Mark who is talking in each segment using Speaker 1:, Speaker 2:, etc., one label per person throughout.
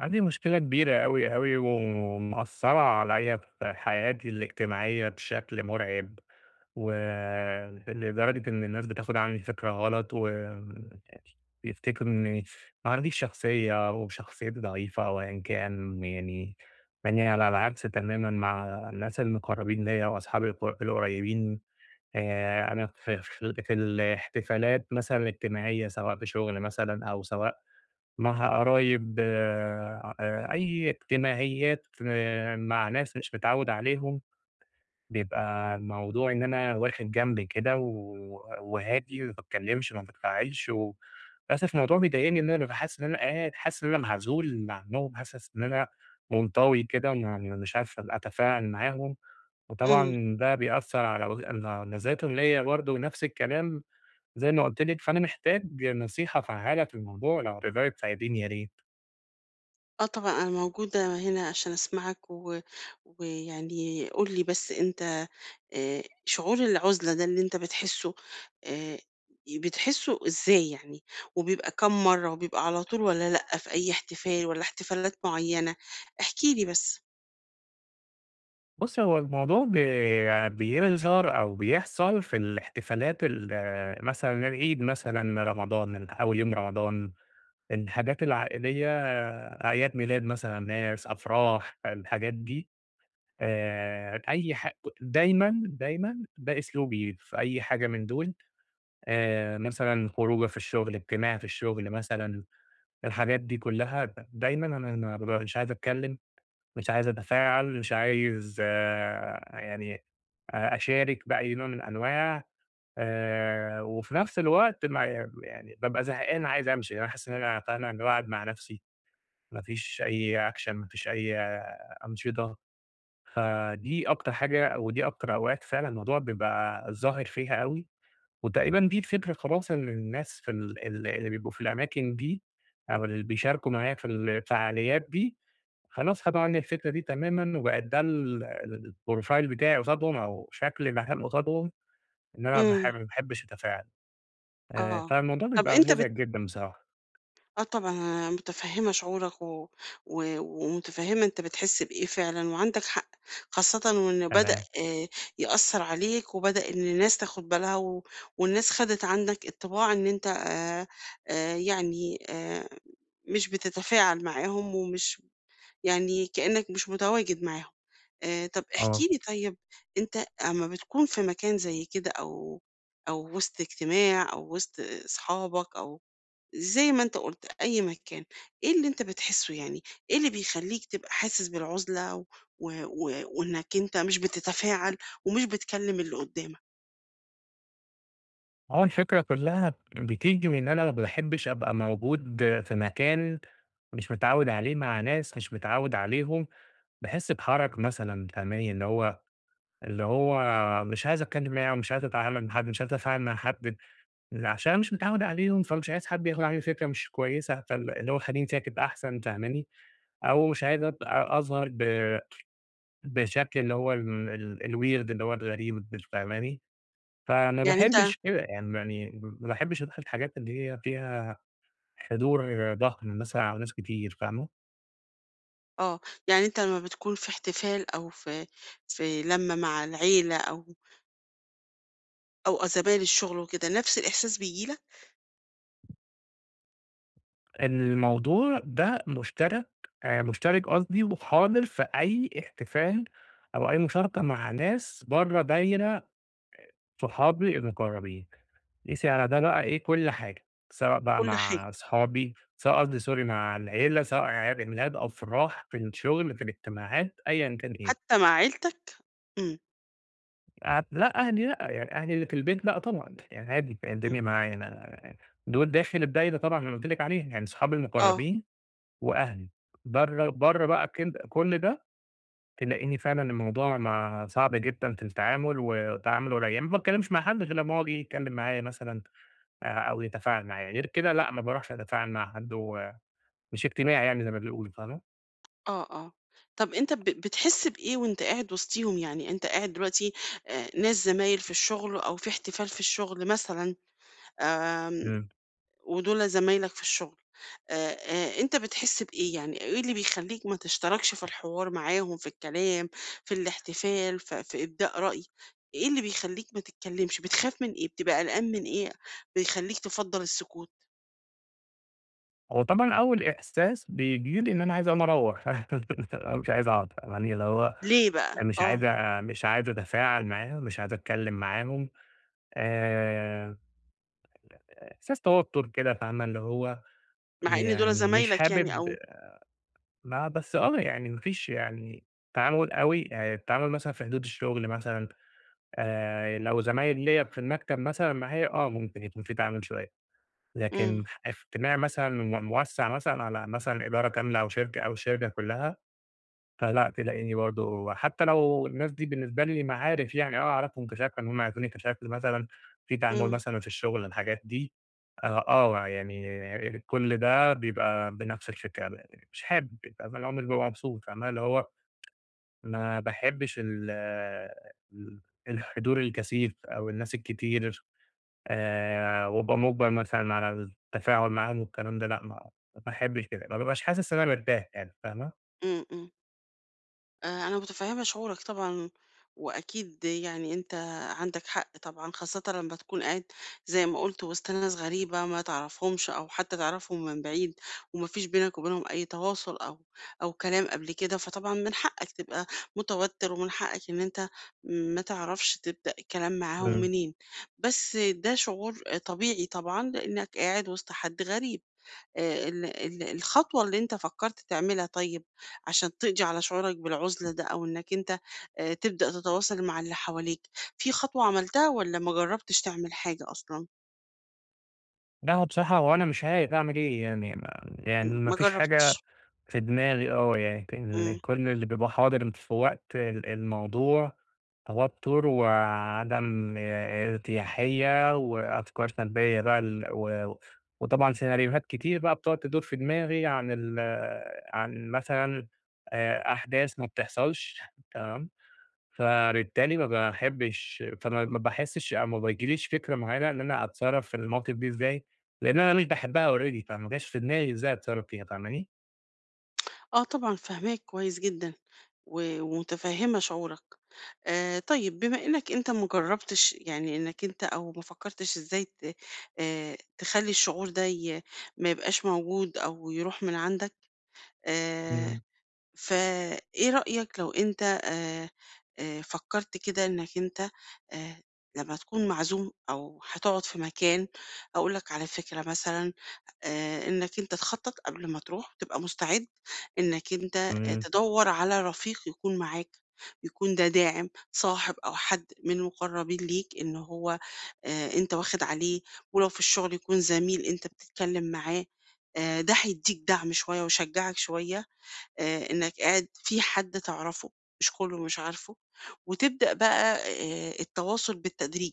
Speaker 1: عندي مشكلة كبيرة أوي، أوي، ومأثّرة عليَّ في حياتي الاجتماعية بشكل مرعب، و لدرجة إن الناس بتاخد عني فكرة غلط، وبيفتكروا إني ما عنديش شخصية وشخصيتي ضعيفة أو أيًا كان يعني، يعني على العكس تمامًا مع الناس المقربين ليَّ وأصحابي القريبين. أنا في الاحتفالات مثلًا الاجتماعية سواء في شغل مثلًا أو سواء مع قرايب أي اجتماعيات آه، مع ناس مش متعوّد عليهم، بيبقى الموضوع إن أنا واخد جنب كده وهادي ما باتكلّمش ما بانفعلش للأسف الموضوع بيضايقني إن أنا بابقى حاسس إن أنا قاعد حاسس إن أنا معزول عنّهم، حاسس إن أنا منطوي كده ويعني مش عارف أبقى أتفاعل معاهم،
Speaker 2: إمم.
Speaker 1: وطبعًا ده بيأثّر على على نظرتهم ليّا برضه نَفْس الكلام زي ما قُلت لِك، فأنا محتاج نصيحة فعّالة في الموضوع لو تقدري تساعديني يا ريت.
Speaker 2: آه طبعًا، أنا موجودة هنا عشان أسمعك ويعني قُل لي بس أنت شعور العُزلة ده اللي أنت آآ بتحسّه إزاي يعني؟ وبيبقى كام مرّة وبيبقى على طول والّا لأ في أي احتفال والّا احتفالات معيّنة؟ احكِ لي بس.
Speaker 1: بُصّي، هو الموضوع بيظهر أو بيحصل في الاحتفالات. مثلًا العيد مثلًا، رمضان، أول يوم رمضان، الحاجات العائلية، أعياد ميلاد مثلًا ناس، أفراح، الحاجات دي. أي ح دايمًا، دايمًا ده أسلوبي في أي حاجة من دول، مثلًا خروجة في الشغل، اجتماع في الشغل مثلًا، الحاجات دي كلّها دايمًا أنا بابقى مش عايز أتكلّم، مش عايز أتفاعل، مش عايز آه، يعني أشارك بأي نوع من أنواع وفي نفس الوقت ما يعني بابقى زهقان عايز أمشي، يعني أنا حاسس إن أنا فعلًا باقعد مع نفسي، ما فيش أي action ما فيش أي آه، أنشطة، فدي أكتر حاجة ودي أكتر أوقات فعلًا الموضوع بيبقى ظاهر فيها أوي، وتقريبًا دي الفكرة خلاص إن الناس في ال ال اللي بيبقوا في الأماكن دي أو اللي بيشاركوا معايا في الفعاليات دي، خلاص خدوا عني الفكرة دي تمامًا وبقت ده الprofile بتاعي قصادهم أو شكلي المكان قصادهم. إن أنا
Speaker 2: إمم.
Speaker 1: ما باحبش أتفاعل،
Speaker 2: آه.
Speaker 1: فالموضوع
Speaker 2: طَب
Speaker 1: بيبقى
Speaker 2: أنت بت
Speaker 1: مُزعج جدًا بصراحة.
Speaker 2: آه طبعًا أنا متفهّمة شعورك و و ومتفهّمة أنت بتحس بإيه فعلًا وعندك حق، خاصةً وإنه بدأ
Speaker 1: تمام.
Speaker 2: يأثّر عليك وبدأ إن الناس تاخُد بالها والناس خَدِت عنّك انطباع إن أنت آآ يعني آآ مش بتتفاعل معاهم ومش يعني كإنّك مش متواجد معاهم. طَب احكِ
Speaker 1: آه.
Speaker 2: لي طيب أنت أمّا بتكون في مكان زي كده أو وِسط اجتماع أو وِسط أصحابك أو زي ما أنت قُلت، أي مكان. إيه اللي أنت بتحسّه يعني؟ إيه اللي بيخلّيك تبقى حاسس بالعُزلة وإنّك أنت مش بتتفاعل ومش بتكلّم اللي قُدّامك؟
Speaker 1: هو الفكرة كلّها بتيجي من إن أنا ما باحبش أبقى موجود في مكان مش متعوّد عليه مع ناس مش متعوّد عليهم، باحس بحَرَج مثلًا فاهماني، اللي هو مش عايز أتكلّم معاهم، مش عايز أتعامل مع حد، مش عايز أتفاعل مع حد، عشان مش متعوّد عليهم، فمش عايز حد ياخُد عني فكرة مش كويسة، اللي هو خلّيني ساكت أحسن فاهماني، أو مش عايز أبقى أظهر بشكل اللي هو ال ال الweird اللي هو الغريب د فاهماني؟ فما
Speaker 2: يعني أنت.
Speaker 1: باحبش كده يعني ما باحبش أروح الحاجات اللي هي فيها حضور ضخم مثلًا أو ناس كتير فاهمة؟
Speaker 2: آه. يعني أنت لمّا بتكون في احتفال أو في لمّة مع العيلة أو زمايل الشُغل وكده، نفس الإحساس بييجي لك؟
Speaker 1: الموضوع ده مشترك قصدي وحاضر في أي احتفال أو أي مشاركة مع ناس برّه دايرة صحابي المقربين. قيسي على ده بقى إيه كل حاجة، سواء بقى
Speaker 2: كل
Speaker 1: مع
Speaker 2: حاجة،
Speaker 1: أصحابي، سواء قصدي سوري مع العيلة، سواء أعياد ميلاد، أفراح، في الشغل، في الاجتماعات، أيًا كان إيه.
Speaker 2: حتّى مع عيلتك؟ إمم،
Speaker 1: أ لأ أهلي لأ، يعني أهلي اللي في البيت لأ طبعًا، يعني عادي
Speaker 2: إمم.
Speaker 1: الدنيا معايا أنا، دول داخل الدايرة طبعًا اللي قُلت لِك عليها، يعني صحابي
Speaker 2: آه.
Speaker 1: المقربين وأهلي. برّه بقى كل ده تلاقيني فعلًا الموضوع ما صعب جدًا في التعامل، وتعامل قليل، يعني ما باتكلمش مع حد غير لمّا هو جه يتكلم معايا مثلًا. أو يتفاعل معايا، غير كده لأ، ما باروحش أتفاعل مع حد ومش اجتماعي يعني زي ما بيقولوا، فاهمة؟
Speaker 2: آه، آه. طَب أنت بتحس بإيه وأنت قاعد وسطيهم؟ يعني أنت قاعد دلوقتي ناس زمايل في الشغل أو في احتفال في الشغل مثلًا. آمم.
Speaker 1: إمم.
Speaker 2: ودول زمايلك في الشغل، أنت بتحس بإيه؟ يعني إيه اللي بيخلّيك ما تشتركش في الحوار معاهم، في الكلام، في الاحتفال، في إبداء رأي؟ إيه اللي بيخلّيك ما تتكلّمش؟ بتخاف من إيه؟ بتبقى قلقان من إيه بيخلّيك تفضّل السكوت؟
Speaker 1: هو طبعًا أول إحساس بييجي لي إن أنا عايز أقوم أروّح أنا مش عايز أقعد، يعني اللي هو
Speaker 2: ليه بقى؟ آه.
Speaker 1: مش عايز أتفاعل معاهم، مش عايز أتكلم معاهم، آآ إحساس توتر كده فاهمة، اللي هو
Speaker 2: مع إن دول
Speaker 1: يعني مش
Speaker 2: زمايلك يعني
Speaker 1: حابب
Speaker 2: أو.
Speaker 1: ما فيش يعني تعامل أوي، التعامل مثلًا في حدود الشغل مثلًا، لو زمايل ليّا في المكتب مثلًا معايا، آه ممكن يكون في تعامل شوية.
Speaker 2: إمم،
Speaker 1: لكن اجتماع مثلًا موسّع مثلًا على مثلًا إدارة كاملة أو شركة أو الشركة كلّها، فلأ تلاقيني برضه حتى لو الناس دي بالنسبة لي معارف يعني آه أعرفهم كشكل، إن هم يعرفوني كشكل مثلًا، في تعامل
Speaker 2: إمم،
Speaker 1: مثلًا في الشغل الحاجات دي، آه، آه يعني كل ده بيبقى بنفس الفكرة مش حابب بأمانة اللي هو مش بابقى مبسوط، فاهمة؟ اللي هو ما باحبش ال ال الحضور الكثيف أو الناس الكتير. وابقى مُجبَر مثلًا على التفاعل معاهم والكلام ده، لأ ما باحبش كده، ما بابقاش حاسس إن أنا مرتاح يعني فاهمة؟
Speaker 2: إمم، إمم. أنا متفهمة شعورك طبعًا، وأكيد يعني أنت عندك حق طبعًا، خاصةً لما تكون قاعد زي ما قُلت وسط ناس غريبة ما تعرفهمش أو حتى تعرفهم من بعيد، وما فيش بينك وبينهم أي تواصل أو كلام قبل كده، فطبعًا من حقك تبقى متوتر، ومن حقك إن أنت ما تعرفش تبدأ الكلام معاهم
Speaker 1: إمم.
Speaker 2: منين، بس ده شعور طبيعي طبعًا، لإنك قاعد وسط حد غريب. ال ال الخطوة اللي أنت فكّرت تعملها طيب، عشان تقضي على شعورك بالعُزلة ده أو إنك أنت تبدأ تتواصل مع اللي حواليك، في خطوة عملتها والّا ما جرّبتش تعمل حاجة أصلًا؟
Speaker 1: لأ هو بصراحة هو أنا مش عارف أعمل إيه يعني ما يعني ما
Speaker 2: ما
Speaker 1: فيش
Speaker 2: جرّبتش.
Speaker 1: حاجة في دماغي آه، يعني ك
Speaker 2: إمم.
Speaker 1: ال كل اللي بيبقى حاضر في وقت الموضوع توتر وعدم ارتياحية وأفكار سلبية بقى ال و وطبعًا سيناريوهات كتير بقى بتقعد تدور في دماغي عن مثلًا أحداث ما بتحصلش تمام، فبالتالي ما باحبش فما ما باحسش أو ما بيجيليش فكرة معينة إن أنا أتصرّف في المواقف دي إزاي، لإن أنا مش باحبها already فما جاش في دماغي إزاي أتصرّف فيها فاهماني؟
Speaker 2: آه طبعًا فاهماك كويس جدًا ومُتفهِّمة شعورك. طيب بما إنّك أنت ما جرّبتش يعني إنّك أنت أو ما فكّرتش إزاي ت تخلّي الشعور ده ما يبقاش موجود أو يروح من عندك، آآ
Speaker 1: إمم،
Speaker 2: فإيه رأيك لو أنت فكرت كده إنك أنت آآ، لمّا تكون معزوم أو هتقعد في مكان، أقول لك على فكرة مثلًا إنك أنت تخطط قبل ما تروح وتبقى مستعد إنك أنت
Speaker 1: إمم،
Speaker 2: تدوّر على رفيق يكون معاك، يكون ده داعم، صاحب أو حد من المقربين ليك إن هو أنت واخد عليه، ولو في الشغل يكون زميل أنت بتتكلم معاه. ده هيدّيك دعم شوية ويشجعك شوية. إنّك قاعد في حد تعرفه، مش كُلّه مش عارفه، وتبدأ بقى التواصل بالتدريج،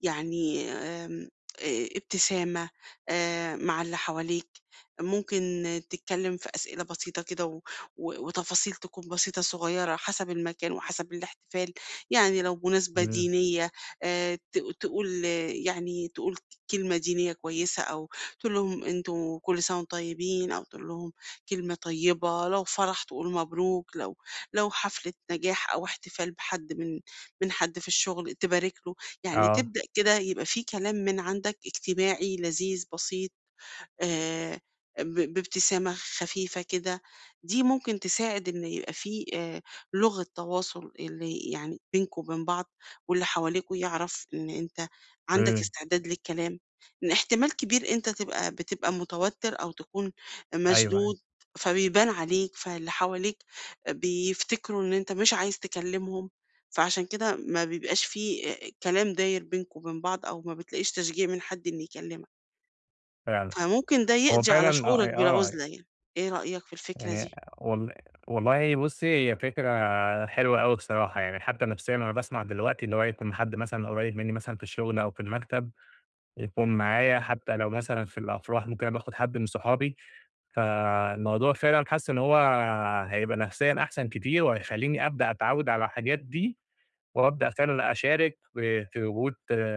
Speaker 2: يعني آمم. ابتسامة مع اللي حواليك، ممكن تتكلّم في أسئلة بسيطة كده و و وتفاصيل تكون بسيطة صغيّرة حسب المكان وحسب الاحتفال، يعني لو مناسبة
Speaker 1: إمم،
Speaker 2: دينية ت تقول آه، يعني تقول كلمة دينية كويسة أو تقول لهم أنتم كل سَنة وأنتم طيبين أو تقول لهم كلمة طيبة، لو فرح تقول مبروك، لو حفلة نجاح أو احتفال بحد من حد في الشغل تبارك له، يعني
Speaker 1: آه،
Speaker 2: تبدأ كده يبقى في كلام من عندك اجتماعي لذيذ بسيط آآ ب بابتسامة خفيفة كده، دي ممكن تساعد إن يبقى في لغة تواصل اللي يعني بينكم وبين بعض، واللي حواليكوا يعرف إن أنت عندك
Speaker 1: إمم،
Speaker 2: استعداد للكلام، إن احتمال كبير أنت بتبقى متوتر أو تكون
Speaker 1: أيوه، أيوه
Speaker 2: مشدود، فبيبان عليك، فاللي حواليك بيفتكروا إن أنت مش عايز تكلمهم، فعشان كده ما بيبقاش في كلام داير بينكم وبين بعض أو ما بتلاقيش تشجيع من حد إنه يكلمك.
Speaker 1: فعلًا،
Speaker 2: فممكن ده
Speaker 1: هو
Speaker 2: يقضي على
Speaker 1: فعلًا
Speaker 2: شعورك
Speaker 1: آه،
Speaker 2: بالعُزلة
Speaker 1: آه.
Speaker 2: يعني، إيه رأيك في الفكرة
Speaker 1: يعني
Speaker 2: دي؟
Speaker 1: وال والله بُصّي، هي فكرة حلوة أوي بصراحة، يعني حتى نفسيًا أنا باسمع دلوقتي اللي هو يكون حد مثلًا قريب منّي مثلًا في الشغل أو في المكتب، يكون معايا حتى لو مثلًا في الأفراح ممكن أنا باخد حد من صحابي، فالموضوع فعلًا حاسس إن هو هيبقى نفسيًا أحسن كتير، وهيخلّيني أبدأ أتعوّد على الحاجات دي، وأبدأ فعلًا أشارك في وجود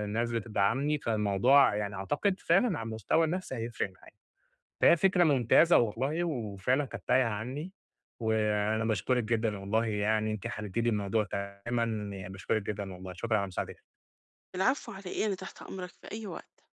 Speaker 1: ناس بتدعمني، فالموضوع يعني أعتقد فعلًا على المستوى النفسي هيفرق معايا. فهي فكرة ممتازة والله، وفعلًا كانت تايهة عني، وأنا باشكرِك جدًا والله يعني أنتِ حليتِ لي الموضوع تمامًا، يعني باشكرِك جدًا والله، شكرًا على مساعدتِك.
Speaker 2: العفو على إيه، أنا تحت أمرك في أي وقت.